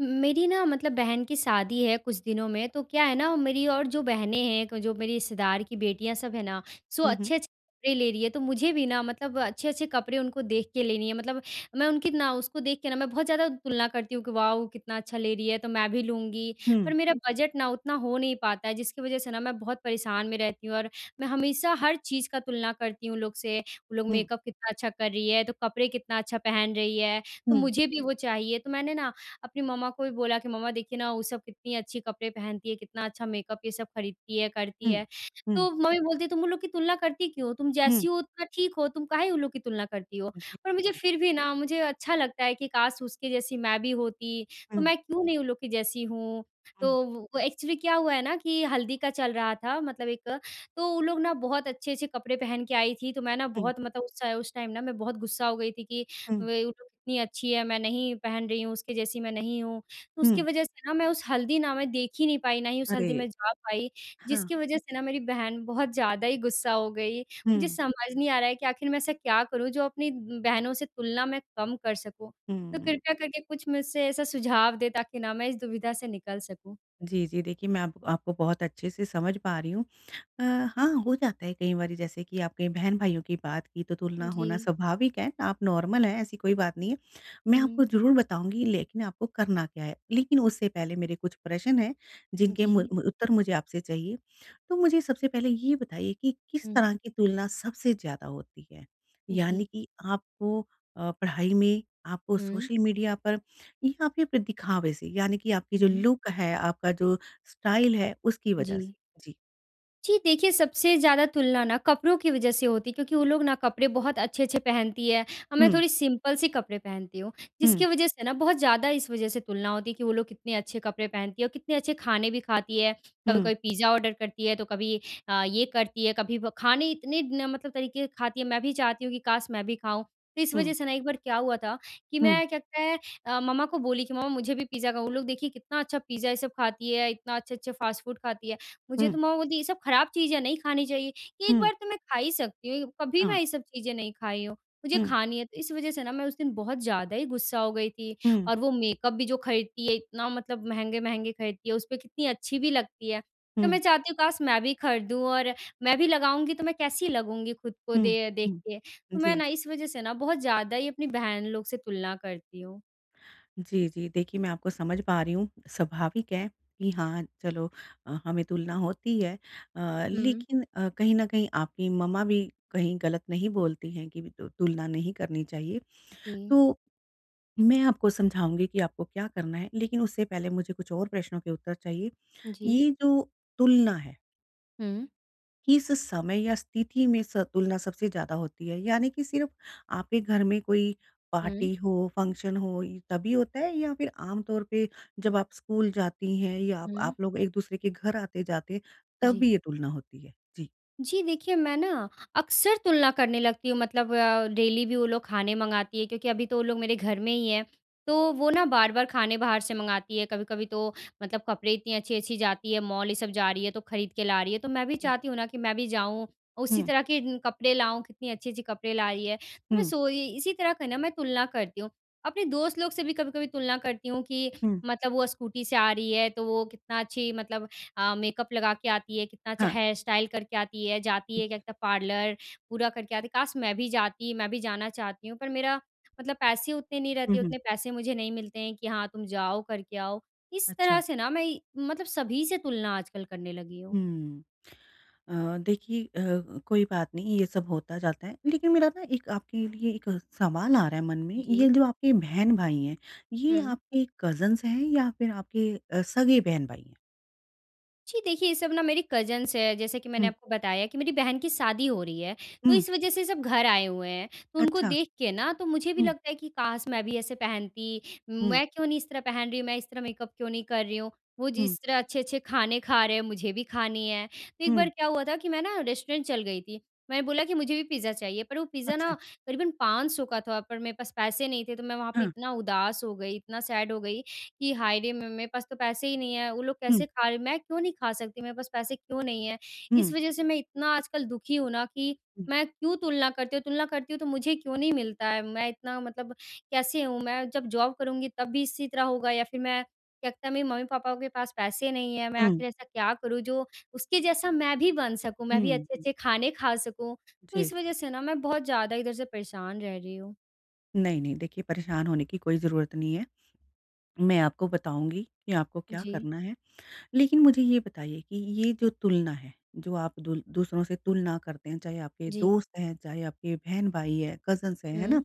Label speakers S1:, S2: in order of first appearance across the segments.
S1: मेरी ना मतलब बहन की शादी है कुछ दिनों में, तो क्या है ना मेरी और जो बहनें हैं, क जो मेरी रिश्तेदार की बेटियाँ सब है ना, सो
S2: हुँ, हुँ।
S1: अच्छे-अच्छे कपड़े ले रही है, तो मुझे भी ना मतलब अच्छे-अच्छे कपड़े उनको देख के लेनी है। मतलब मैं उनकी ना उसको देख के ना मैं बहुत ज़्यादा तुलना करती हूँ कि वाओ! कितना अच्छा ले रही है, तो मैं भी लूँगी।
S2: हुँ,
S1: पर मेरा बजट ना उतना हो नहीं पाता है, जिसकी वजह से ना मैं बहुत परेशान में रहती हूँ और मैं हमेशा हर चीज़ का तुलना करती हूँ लोग से। वो लोग
S2: हुँ,
S1: मेकअप कितना अच्छा कर रही है, तो कपड़े कितना अच्छा पहन रही है, तो
S2: हुँ,
S1: मुझे भी वो चाहिए। तो मैंने ना अपनी मम्मा को भी बोला कि मम्मा देखिए ना, वो सब कितनी अच्छी कपड़े पहनती है, कितना अच्छा मेकअप ये सब खरीदती है, करती
S2: हुँ,
S1: है।
S2: हुँ,
S1: तो मम्मी बोलती है, "तुम उन लोग की तुलना करती क्यों हो? तुम
S2: हुँ।
S1: जैसी हो उतना ठीक हो, तुम काहे उन लोग की तुलना करती हो?"
S2: जी।
S1: पर मुझे फिर भी ना मुझे अच्छा लगता है कि काश उसके जैसी मैं भी होती, तो
S2: हुँ,
S1: मैं क्यों नहीं उन लोग की जैसी हूँ। तो
S2: हुँ,
S1: वो एक्चुअली क्या हुआ है ना कि हल्दी का चल रहा था मतलब एक, तो वो लोग ना बहुत अच्छे-अच्छे कपड़े पहन के आई थी, तो मैं ना
S2: हुँ,
S1: बहुत मतलब उस टाइम ना मैं बहुत गुस्सा हो गई थी कि
S2: हुँ,
S1: वे वो लोग कितनी अच्छी है, मैं नहीं पहन रही हूँ, उसके जैसी मैं नहीं हूँ। तो उसकी
S2: हुँ।
S1: वजह से ना मैं उस हल्दी ना मैं देख ही नहीं पाई, ना ही उस
S2: अरे!
S1: हल्दी में जा पाई,
S2: हाँ।
S1: जिसकी वजह से ना मेरी बहन बहुत ज़्यादा ही गुस्सा हो गई। मुझे
S2: हुँ,
S1: समझ नहीं आ रहा है कि आखिर मैं ऐसा क्या करूँ जो अपनी बहनों से तुलना मैं कम कर सकूँ? तो
S2: हुँ।
S1: कृपया करके कुछ मुझसे ऐसा सुझाव दें ताकि ना मैं इस दुविधा से निकल सकूँ।
S2: जी, जी। देखिए, मैं आप आपको बहुत अच्छे से समझ पा रही हूँ। अ, हाँ, हो जाता है कई बारी जैसे कि आपने बहन-भाइयों की बात की तो तुलना
S1: जी।
S2: होना स्वाभाविक है, आप नॉर्मल हैं, ऐसी कोई बात नहीं है। मैं आपको
S1: हुँ।
S2: ज़रूर बताऊँगी लेकिन आपको करना क्या है। लेकिन उससे पहले मेरे कुछ प्रश्न हैं जिनके
S1: जी।
S2: मु मु उत्तर मुझे आपसे चाहिए। तो मुझे सबसे पहले ये बताइए कि किस
S1: हुँ।
S2: तरह की तुलना सबसे ज़्यादा होती है? यानी
S1: जी।
S2: कि आपको पढ़ाई में, आपको
S1: हुँ।
S2: सोशल मीडिया पर यहाँ पे फिर दिखावे से, यानी कि आपकी जो
S1: हुँ।
S2: लुक है, आपका जो स्टाइल है, उसकी वजह
S1: जी।
S2: से। जी।
S1: जी, देखिए सबसे ज़्यादा तुलना ना कपड़ों की वज़ह से होती है क्योंकि वो लोग ना कपड़े बहुत अच्छे-अच्छे पहनती है और मैं
S2: हुँ,
S1: थोड़ी सिंपल सी कपड़े पहनती हूँ।
S2: हुँ,
S1: जिसकी वज़ह से ना बहुत ज़्यादा इस वज़ह से तुलना होती है कि वो लोग कितने अच्छे कपड़े पहनती है और कितने अच्छे खाने भी खाती है।
S2: हुँ,
S1: कभी-कभी पिज़्ज़ा ऑर्डर करती है तो कभी ये करती है, कभी व खाने इतने न मतलब तरीके के खाती है मैं भी चाहती हूँ कि काश मैं भी खाऊँ। तो इस
S2: हुँ,
S1: वज़ह से ना एक बार क्या हुआ था कि
S2: हुँ,
S1: मैं क्या कहता है मम्मा को बोली कि मम्मा मुझे भी पिज़्ज़ा का वो लोग देखिए कितना अच्छा पिज़्ज़ा ये सब खाती है, इतना अच्छे-अच्छे फ़ास्ट फ़ूड खाती है। मुझे
S2: हुँ,
S1: तो माँ बोलती ये सब खराब चीज़ें नहीं खानी चाहिए, कि एक
S2: हुँ,
S1: बार तो मैं खा ही सकती हूँ, कभी
S2: हाँ,
S1: मैं ये सब चीज़ें नहीं खाई हूँ, मुझे
S2: हुँ,
S1: खानी है। तो इस वज़ह से ना मैं उस दिन बहुत ज़्यादा ही गुस्सा हो गई थी
S2: हुँ,
S1: और वो मेकअप भी जो खरीदती है इतना मतलब महँगे-महँगे खरीदती है, उसपे कितनी अच्छी भी लगती है। तो
S2: हुँ,
S1: मैं चाहती हूँ काश मैं भी खरीदूँ और मैं भी लगाऊँगी तो मैं कैसी लगूँगी खुद को
S2: हुँ,
S1: दे देख
S2: हुँ।
S1: के। तो मैं
S2: जी,
S1: ना इस वज़ह से ना बहुत ज़्यादा ही अपनी बहन लोग से तुलना करती हूँ।
S2: जी, जी। देखिए, मैं आपको समझ पा रही हूँ, स्वाभाविक है कि हाँ, चलो हमें तुलना होती है।
S1: हुँ,
S2: लेकिन कहीं न कहीं आपकी मम्मा भी कहीं गलत नहीं बोलती हैं कि तु तुलना नहीं करनी चाहिए।
S1: जी,
S2: तो मैं आपको समझाऊँगी कि आपको क्या करना है, लेकिन उससे पहले मुझे कुछ और प्रश्नों के उत्तर चाहिए।
S1: जी।
S2: ये जो तुलना है,
S1: हुँ,
S2: किस समय या स्थिति में स तुलना सबसे ज़्यादा होती है? यानी कि सिर्फ़ आपके घर में कोई
S1: हुँ,
S2: पार्टी हो, फंक्शन हो इ तभी होता है या फिर आम तौर पे जब आप स्कूल जाती हैं या आप
S1: हुँ,
S2: आप लोग एक-दूसरे के घर आते-जाते हैं, तब
S1: जी।
S2: भी ये तुलना होती है? जी।
S1: जी देखिए, मैं ना अक्सर तुलना करने लगती हूँ मतलब डेली भी वो लोग खाने मँगाती है क्योंकि अभी तो वो लोग मेरे घर में ही हैं। तो वो ना बार-बार खाने बाहर से मँगाती है, कभी-कभी तो मतलब कपड़े इतनी अच्छी-अच्छी जाती है, मॉल ये सब जा रही है तो खरीद के ला रही है। तो मैं भी
S2: हुँ।
S1: चाहती हूँ ना कि मैं भी जाऊँ, उसी
S2: हुँ,
S1: तरह के कपड़े लाऊँ, कितनी अच्छी-अच्छी कपड़े ला रही है। तो मैं
S2: हुँ,
S1: सो इ इसी तरह का ना मैं तुलना करती हूँ। अपने दोस्त लोग से भी कभी-कभी तुलना करती हूँ कि
S2: हुँ।
S1: मतलब वो स्कूटी से आ रही है, तो वो कितना अच्छी मतलब मेकअप लगा के आती है, कितना अच्छा
S2: हाँ।
S1: हेयर स्टाइल करके आती है, जाती है क्या कहते हैं पार्लर पूरा करके आती है। काश मैं भी जाती, मैं भी जाना चाहती हूँ पर मेरा मतलब पैसे उतने नहीं
S2: हुँ,
S1: रहते,
S2: हुँ।
S1: उतने पैसे मुझे नहीं मिलते हैं कि हाँ, तुम जाओ करके आओ। इस
S2: अच्छा।
S1: तरह से ना मैं मतलब सभी से तुलना आजकल करने लगी हूँ।
S2: हुँ। देखिए कोई बात नहीं ये सब होता जाता है। लेकिन मेरा ना एक आपके लिए एक सवाल आ रहा है मन में, ये
S1: जी।
S2: जो आपके बहन-भाई हैं, ये
S1: हुँ।
S2: आपके कज़िन्स हैं या फिर आपके सगे बहन-भाई हैं?
S1: जी, देखिए ये सब ना मेरी कज़िन्स है, जैसे कि मैंने
S2: हुँ,
S1: आपको बताया कि मेरी बहन की शादी हो रही है, तो
S2: हुँ,
S1: इस वज़ह से सब घर आए हुए हैं। तो उनको
S2: अच्छा।
S1: देख के ना तो मुझे भी
S2: हुँ,
S1: लगता है कि काश मैं भी ऐसे पहनती,
S2: हुँ,
S1: मैं क्यों नहीं इस तरह पहन रही हूँ, मैं इस तरह मेकअप क्यों नहीं कर रही हूँ। वो
S2: हुँ,
S1: जिस तरह अच्छे-अच्छे खाने खा रहे हैं, मुझे भी खानी है। तो एक
S2: हुँ,
S1: बार क्या हुआ था कि मैं ना रेस्टोरेंट चल गई थी। मैंने बोला कि मुझे भी पिज़्ज़ा चाहिए, पर वो पिज़्ज़ा ना
S2: अच्छा।
S1: करीबन 500 का था पर मेरे पास पैसे नहीं थे, तो मैं वहाँ पे
S2: हाँ,
S1: इतना उदास हो गई, इतना सैड हो गई कि हाय रे! मे मेरे पास तो पैसे ही नहीं है, वो लोग
S2: हुँ,
S1: कैसे खा रहे मैं क्यों नहीं खा सकती? मेरे पास पैसे क्यों नहीं है? इस
S2: हुँ,
S1: वज़ह से मैं इतना आजकल दुखी हूँ ना कि
S2: हुँ,
S1: मैं क्यों तुलना करती हूँ तो मुझे क्यों नहीं मिलता है? मैं इतना मतलब कैसे हूँ? मैं जब जॉब करूँगी तब भी इसी तरह होगा या फिर मैं क्या कहते हैं मेरे मम्मी-पापा के पास पैसे नहीं है, मैं
S2: हुँ,
S1: आखिर ऐसा क्या करूँ जो उसके जैसा मैं भी बन सकूँ,
S2: हुँ,
S1: मैं भी
S2: हुँ।
S1: अच्छे-अच्छे खाने खा सकूँ? तो
S2: जी।
S1: इस वज़ह से ना मैं बहुत ज़्यादा इधर से परेशान रह रही हूँ।
S2: नहीं, नहीं देखिए परेशान होने की कोई ज़रूरत नहीं है। मैं आपको बताऊँगी कि आपको क्या
S1: जी,
S2: करना है। लेकिन मुझे ये बताइए कि ये जो तुलना है, जो आप दूल दूसरों से तुलना करते हैं, चाहे आपके
S1: जी।
S2: दोस्त हैं, चाहे आपके बहन-भाई हैं, कज़िन्स हैं, है ना?
S1: हुँ,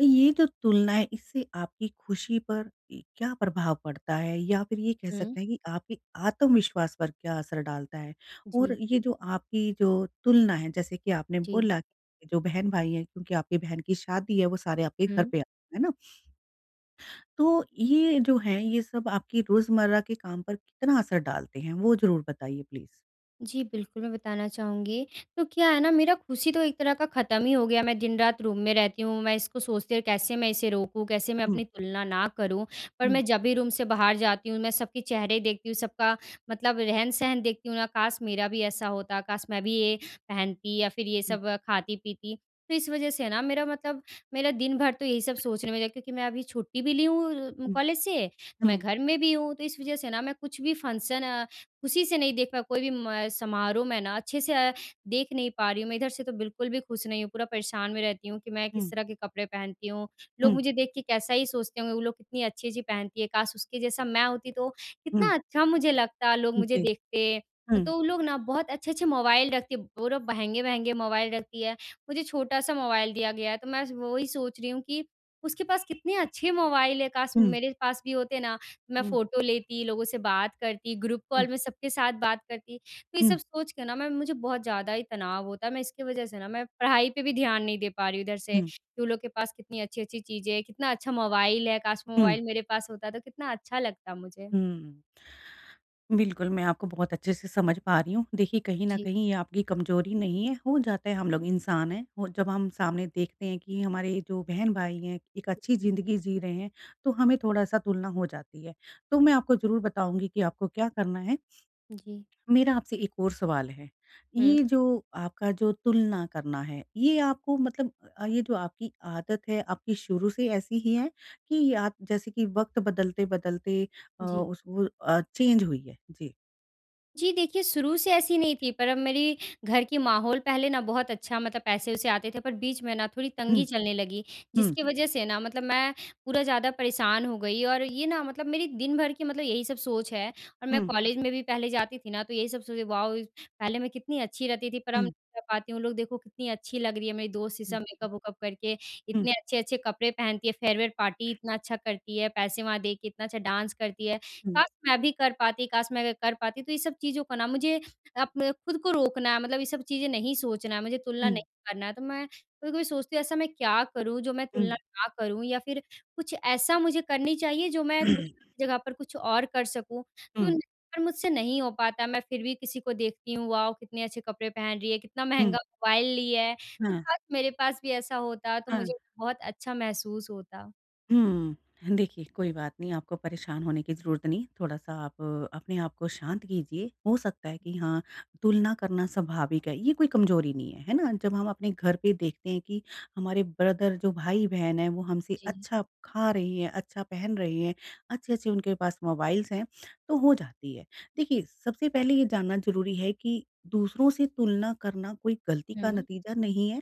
S2: ये जो तुलना है, इससे आपकी खुशी पर क्या प्रभाव पड़ता है? या फिर ये कह
S1: हुँ।
S2: सकते हैं कि आपके आत्मविश्वास पर क्या असर डालता है? और
S1: जी,
S2: ये जो आपकी जो तुलना है, जैसे कि आपने
S1: जी।
S2: बोला कि जो बहन-भाई हैं, क्योंकि आपकी बहन की शादी है, वो सारे आपके
S1: हुँ।
S2: घर पे आ है ना? तो ये जो है, ये सब आपकी रोज़मर्रा के काम पर कितना असर डालते हैं? वो ज़रूर बताइए प्लीज़।
S1: जी, बिल्कुल, मैं बताना चाहूँगी। तो क्या है ना मेरा खुशी तो एक तरह का ख़त्म ही हो गया, मैं दिन-रात रूम में रहती हूँ, मैं इसको सोचती हूँ कैसे मैं इसे रोकूँ, कैसे मैं
S2: हुँ,
S1: अपनी तुलना ना करूँ। पर
S2: हुँ,
S1: मैं जब भी रूम से बाहर जाती हूँ, मैं सबके चेहरे देखती हूँ, सबका मतलब रहन-सहन देखती हूँ ना, काश मेरा भी ऐसा होता, काश मैं भी ये पहनती या फिर ये
S2: हुँ,
S1: सब खाती-पीती। तो इस वज़ह से ना मेरा मतलब मेरा दिन भर तो यही सब सोचने में जाए क्योंकि मैं अभी छुट्टी भी ली हूँ
S2: हुँ,
S1: कॉलेज से, तो मैं
S2: हुँ,
S1: घर में भी हूँ। तो इस वज़ह से ना मैं कुछ भी फंक्शन खुशी से नहीं देख पाया कोई भी म समारोह में ना अच्छे से देख नहीं पा रही हूँ। मैं इधर से तो बिल्कुल भी खुश नहीं हूँ, पूरा परेशान में रहती हूँ कि मैं
S2: हुँ,
S1: किस तरह के कपड़े पहनती हूँ। लोग मुझे देख के कैसा ही सोचते होंगे, वो लोग कितनी अच्छी-अच्छी पहनती है, काश उसके जैसा मैं होती तो
S2: हुँ,
S1: कितना अच्छा मुझे लगता, लोग
S2: हुँ,
S1: मुझे
S2: जी।
S1: देखते।
S2: हुँ,
S1: तो वो लोग ना बहुत अच्छे-अच्छे मोबाइल रखती है, वो लोग महँगे-महँगे मोबाइल रखती है, मुझे छोटा-सा मोबाइल दिया गया है। तो मैं वही सोच रही हूँ कि उसके पास कितने अच्छे मोबाइल है, काश
S2: हुँ,
S1: मेरे पास भी होते ना मैं
S2: हुँ,
S1: फ़ोटो लेती, लोगों से बात करती, ग्रुप
S2: हुँ,
S1: कॉल में सबके साथ बात करती। तो ये
S2: हुँ,
S1: सब सोच के ना मैं मुझे बहुत ज़्यादा ही तनाव होता है। मैं इसकी वज़ह से ना मैं पढ़ाई पे भी ध्यान नहीं दे पा रही हूँ इधर से,
S2: हुँ,
S1: कि उन लोग के पास कितनी अच्छी-अच्छी चीज़ें हैं, कितना अच्छा मोबाइल है, काश
S2: हुँ।
S1: मोबाइल मेरे पास होता तो कितना अच्छा लगता मुझे।
S2: हुँ। बिल्कुल, मैं आपको बहुत अच्छे से समझ पा रही हूँ। देखिए, कहीं न
S1: जी।
S2: कहीं ये आपकी कमज़ोरी नहीं है, हो जाता है, हम लोग इंसान हैं। हो जब हम सामने देखते हैं कि हमारे जो बहन-भाई हैं, एक अच्छी
S1: जी,
S2: ज़िंदगी जी रहे हैं, तो हमें थोड़ा-सा तुलना हो जाती है। तो मैं आपको ज़रूर बताऊँगी कि आपको क्या करना है।
S1: जी, जी।
S2: मेरा आपसे एक और सवाल है।
S1: हुँ।
S2: ये जो आपका जो तुलना करना है, ये आपको मतलब ये जो आपकी आदत है, आपकी शुरू से ऐसी ही है कि ये आप जैसे कि वक़्त बदलते-बदलते
S1: जी।
S2: चेंज हुई है? जी।
S1: जी, देखिए शुरू से ऐसी नहीं थी, पर अब मेरी घर की माहौल पहले ना बहुत अच्छा मतलब पैसे-वैसे आते थे, पर बीच में ना थोड़ी तंगी
S2: हुँ,
S1: चलने लगी,
S2: हुँ,
S1: जिसकी वजह से ना मतलब मैं पूरा ज़्यादा परेशान हो गई और ये ना मतलब मेरी दिन भर की मतलब यही सब सोच है और मैं
S2: हुँ,
S1: कॉलेज में भी पहले जाती थी ना, तो यही सब सोचे वाओ! पहले मैं कितनी अच्छी रहती थी, पर अब नहीं
S2: हुँ,
S1: रह पाती हूँ। लोग देखो कितनी अच्छी लग रही है मेरी दोस्त,
S2: हुँ,
S1: शीशा
S2: हुँ,
S1: मेकअप-वेकअप करके,
S2: हुँ,
S1: इतने अच्छे-अच्छे कपड़े पहनती है, फेयरवेल पार्टी इतना अच्छा करती है, पैसे वहाँ दे के इतना अच्छा डांस करती है।
S2: हुँ,
S1: काश मैं भी कर पाती, काश मैं कर पाती। तो ये सब चीज़ों को ना मुझे अप खुद को रोकना है, मतलब ये सब चीज़ें नहीं सोचना है, मुझे तुलना
S2: हुँ,
S1: नहीं करना है। तो मैं कभी-कभी सोचती हूँ ऐसा मैं क्या करूँ जो मैं
S2: हुँ,
S1: तुलना ना करूँ या फिर कुछ ऐसा मुझे करनी चाहिए जो मैं
S2: हुँ,
S1: तुलना की जगह पर कुछ और कर सकूँ। तो
S2: हुँ,
S1: न पर मुझसे नहीं हो पाता, मैं फिर भी किसी को देखती हूँ, वाओ! कितने अच्छे कपड़े पहन रही है, कितना
S2: हुँ,
S1: महँगा मोबाइल लिया है। तो
S2: हाँ,
S1: काश मेरे पास भी ऐसा होता तो
S2: हाँ।
S1: मुझे बहुत अच्छा महसूस होता।
S2: हुँ। देखिए, कोई बात नहीं, आपको परेशान होने की ज़रूरत नहीं। थोड़ा-सा आप अपने आप को शांत कीजिए। हो सकता है कि हाँ, तुलना करना स्वाभाविक है, ये कोई कमज़ोरी नहीं है, है ना? जब हम अपने घर पे देखते हैं कि हमारे ब्रदर जो भाई-बहन हैं, वो हमसे
S1: जी।
S2: अच्छा खा रहे हैं, अच्छा पहन रहे हैं, अच्छे-अच्छे उनके पास मोबाइल्स हैं, तो हो जाती है। देखिए, सबसे पहले ये जानना ज़रूरी है कि दूसरों से तुलना करना कोई गलती का
S1: हुँ।
S2: नतीजा नहीं है।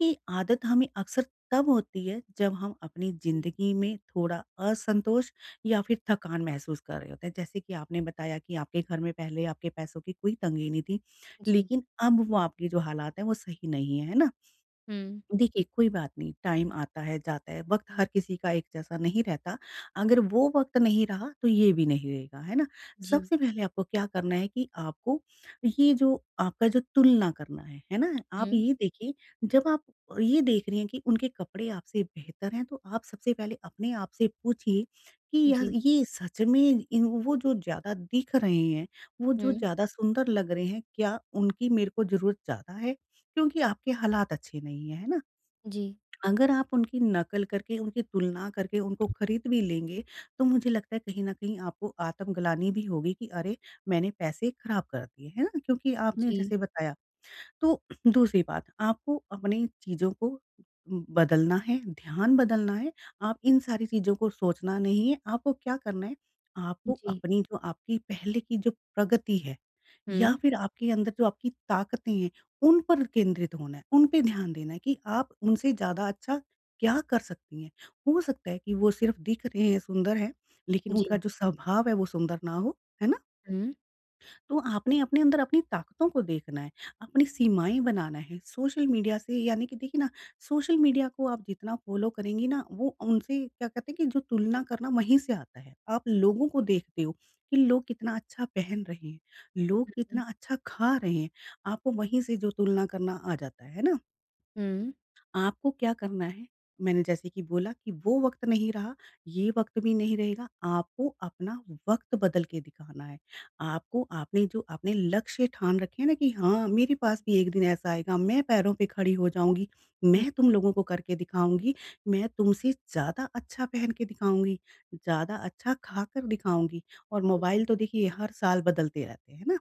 S2: ये आदत हमें अक्सर तब होती है जब हम अपनी ज़िंदगी में थोड़ा असंतोष या फिर थकान महसूस कर रहे होते हैं। जैसे कि आपने बताया कि आपके घर में पहले आपके पैसों की कोई तंगी नहीं थी,
S1: जी।
S2: लेकिन अब वो आपकी जो हालात है वो सही नहीं है, है ना?
S1: हुँ।
S2: देखिए, कोई बात नहीं, टाइम आता है, जाता है, वक़्त हर किसी का एक जैसा नहीं रहता। अगर वो वक़्त नहीं रहा, तो ये भी नहीं रहेगा, है ना?
S1: जी।
S2: सबसे पहले आपको क्या करना है कि आपको ये जो आपका जो तुलना करना है ना? आप
S1: हुँ।
S2: ये देखिए, जब आप ये देख रही हैं कि उनके कपड़े आपसे बेहतर हैं, तो आप सबसे पहले अपने आप से पूछिए कि यार
S1: जी,
S2: ये सच में इन वो जो ज़्यादा दिख रहे हैं, वो जो
S1: हुँ।
S2: ज़्यादा सुंदर लग रहे हैं, क्या उनकी मेरे को ज़रूरत ज़्यादा है? क्योंकि आपके हालात अच्छे नहीं हैं, है ना?
S1: जी,
S2: अगर आप उनकी नकल करके, उनकी तुलना करके उनको खरीद भी लेंगे, तो मुझे लगता है कहीं न कहीं आपको आत्मग्लानि भी होगी कि अरे! मैंने पैसे खराब कर दिए, है ना? क्योंकि आपने
S1: जी,
S2: जैसे बताया तो दूसरी बात, आपको अपनी चीज़ों को बदलना है, ध्यान बदलना है, आप इन सारी चीज़ों को सोचना नहीं है, आपको क्या करना है, आपको
S1: जी।
S2: अपनी जो आपकी पहले की जो प्रगति है या
S1: हुँ,
S2: फिर आपके अंदर जो आपकी ताकतें हैं, उन पर केंद्रित होना है, उन पे ध्यान देना है कि आप उनसे ज़्यादा अच्छा क्या कर सकती हैं। हो सकता है कि वो सिर्फ़ दिख रहे हैं, सुंदर हैं, लेकिन उनका
S1: जी,
S2: जो स्वभाव है वो सुंदर ना हो, है ना?
S1: हुँ,
S2: तो आपने अपने अंदर अपनी ताकतों को देखना है, अपनी सीमाएँ बनाना है। सोशल मीडिया से यानी कि देखिए ना, सोशल मीडिया को आप जितना फ़ॉलो करेंगी ना, वो उनसे क्या कहते हैं कि जो तुलना करना वहीं से आता है। आप लोगों को देखते हो कि लोग कितना अच्छा पहन रहे हैं, लोग
S1: हुँ,
S2: कितना अच्छा खा रहे हैं, आपको वहीं से जो तुलना करना आ जाता है ना?
S1: हुँ,
S2: आपको क्या करना है? मैंने जैसे कि बोला कि वो वक़्त नहीं रहा, ये वक़्त भी नहीं रहेगा, आपको अपना वक़्त बदल के दिखाना है। आपको आपने जो आपने लक्ष्य ठान रखे हैं ना कि हाँ, मेरे पास भी एक दिन ऐसा आएगा, मैं पैरों पे खड़ी हो जाऊँगी, मैं तुम लोगों को करके दिखाऊँगी, मैं तुमसे ज़्यादा अच्छा पहन के दिखाऊँगी, ज़्यादा अच्छा खाकर दिखाऊँगी। और
S1: जी,
S2: मोबाइल
S1: जी,
S2: तो देखिए हर साल बदलते रहते हैं, है ना?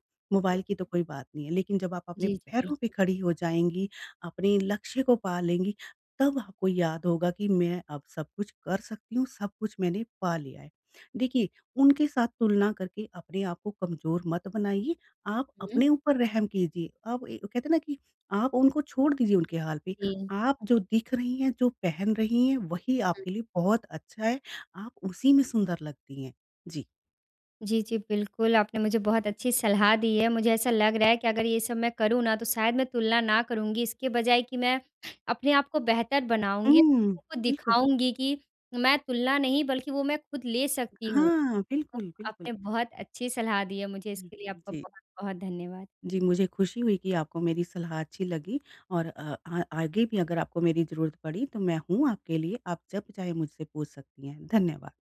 S1: हुँ,
S2: मोबाइल की तो कोई बात नहीं है, लेकिन जब आप अपने
S1: जी, जी,
S2: पैरों पे
S1: बिल्कुल।
S2: खड़ी हो जाएँगी अपने लक्ष्य को पा लेंगी, तब आपको याद होगा कि मैं अब सब कुछ कर सकती हूँ, सब कुछ मैंने पा लिया है। देखिए, उनके साथ तुलना करके अपने आप को कमज़ोर मत बनाइए, आप
S1: हुँ,
S2: अपने ऊपर रहम कीजिए। आप ए कहते हैं ना कि आप उनको छोड़ दीजिए उनके हाल पे।
S1: जी,
S2: आप जो दिख रही हैं, जो पहन रही हैं, वही
S1: हुँ।
S2: आपके लिए बहुत अच्छा है, आप उसी में सुंदर लगती हैं। जी।
S1: जी, जी, बिल्कुल, आपने मुझे बहुत अच्छी सलाह दी है। मुझे ऐसा लग रहा है कि अगर ये सब मैं करूँ ना, तो शायद मैं तुलना ना करूँगी, इसके बजाय कि मैं अपने आप को बेहतर बनाऊँगी,
S2: हुँ,
S1: लोगों को
S2: बिल्कुल।
S1: दिखाऊँगी कि मैं तुलना नहीं, बल्कि वो मैं खुद ले सकती हूँ।
S2: हाँ,
S1: तो
S2: बिल्कुल, बिल्कुल।
S1: आपने बहुत अच्छी सलाह दी है मुझे,
S2: हुँ,
S1: इसके लिए आपका
S2: जी।
S1: बहुत-बहुत धन्यवाद।
S2: जी, मुझे खुशी हुई कि आपको मेरी सलाह अच्छी लगी और अ, आ आगे भी अगर आपको मेरी ज़रूरत पड़ी तो मैं हूँ आपके लिए, आप जब चाहे मुझसे पूछ सकती हैं। धन्यवाद।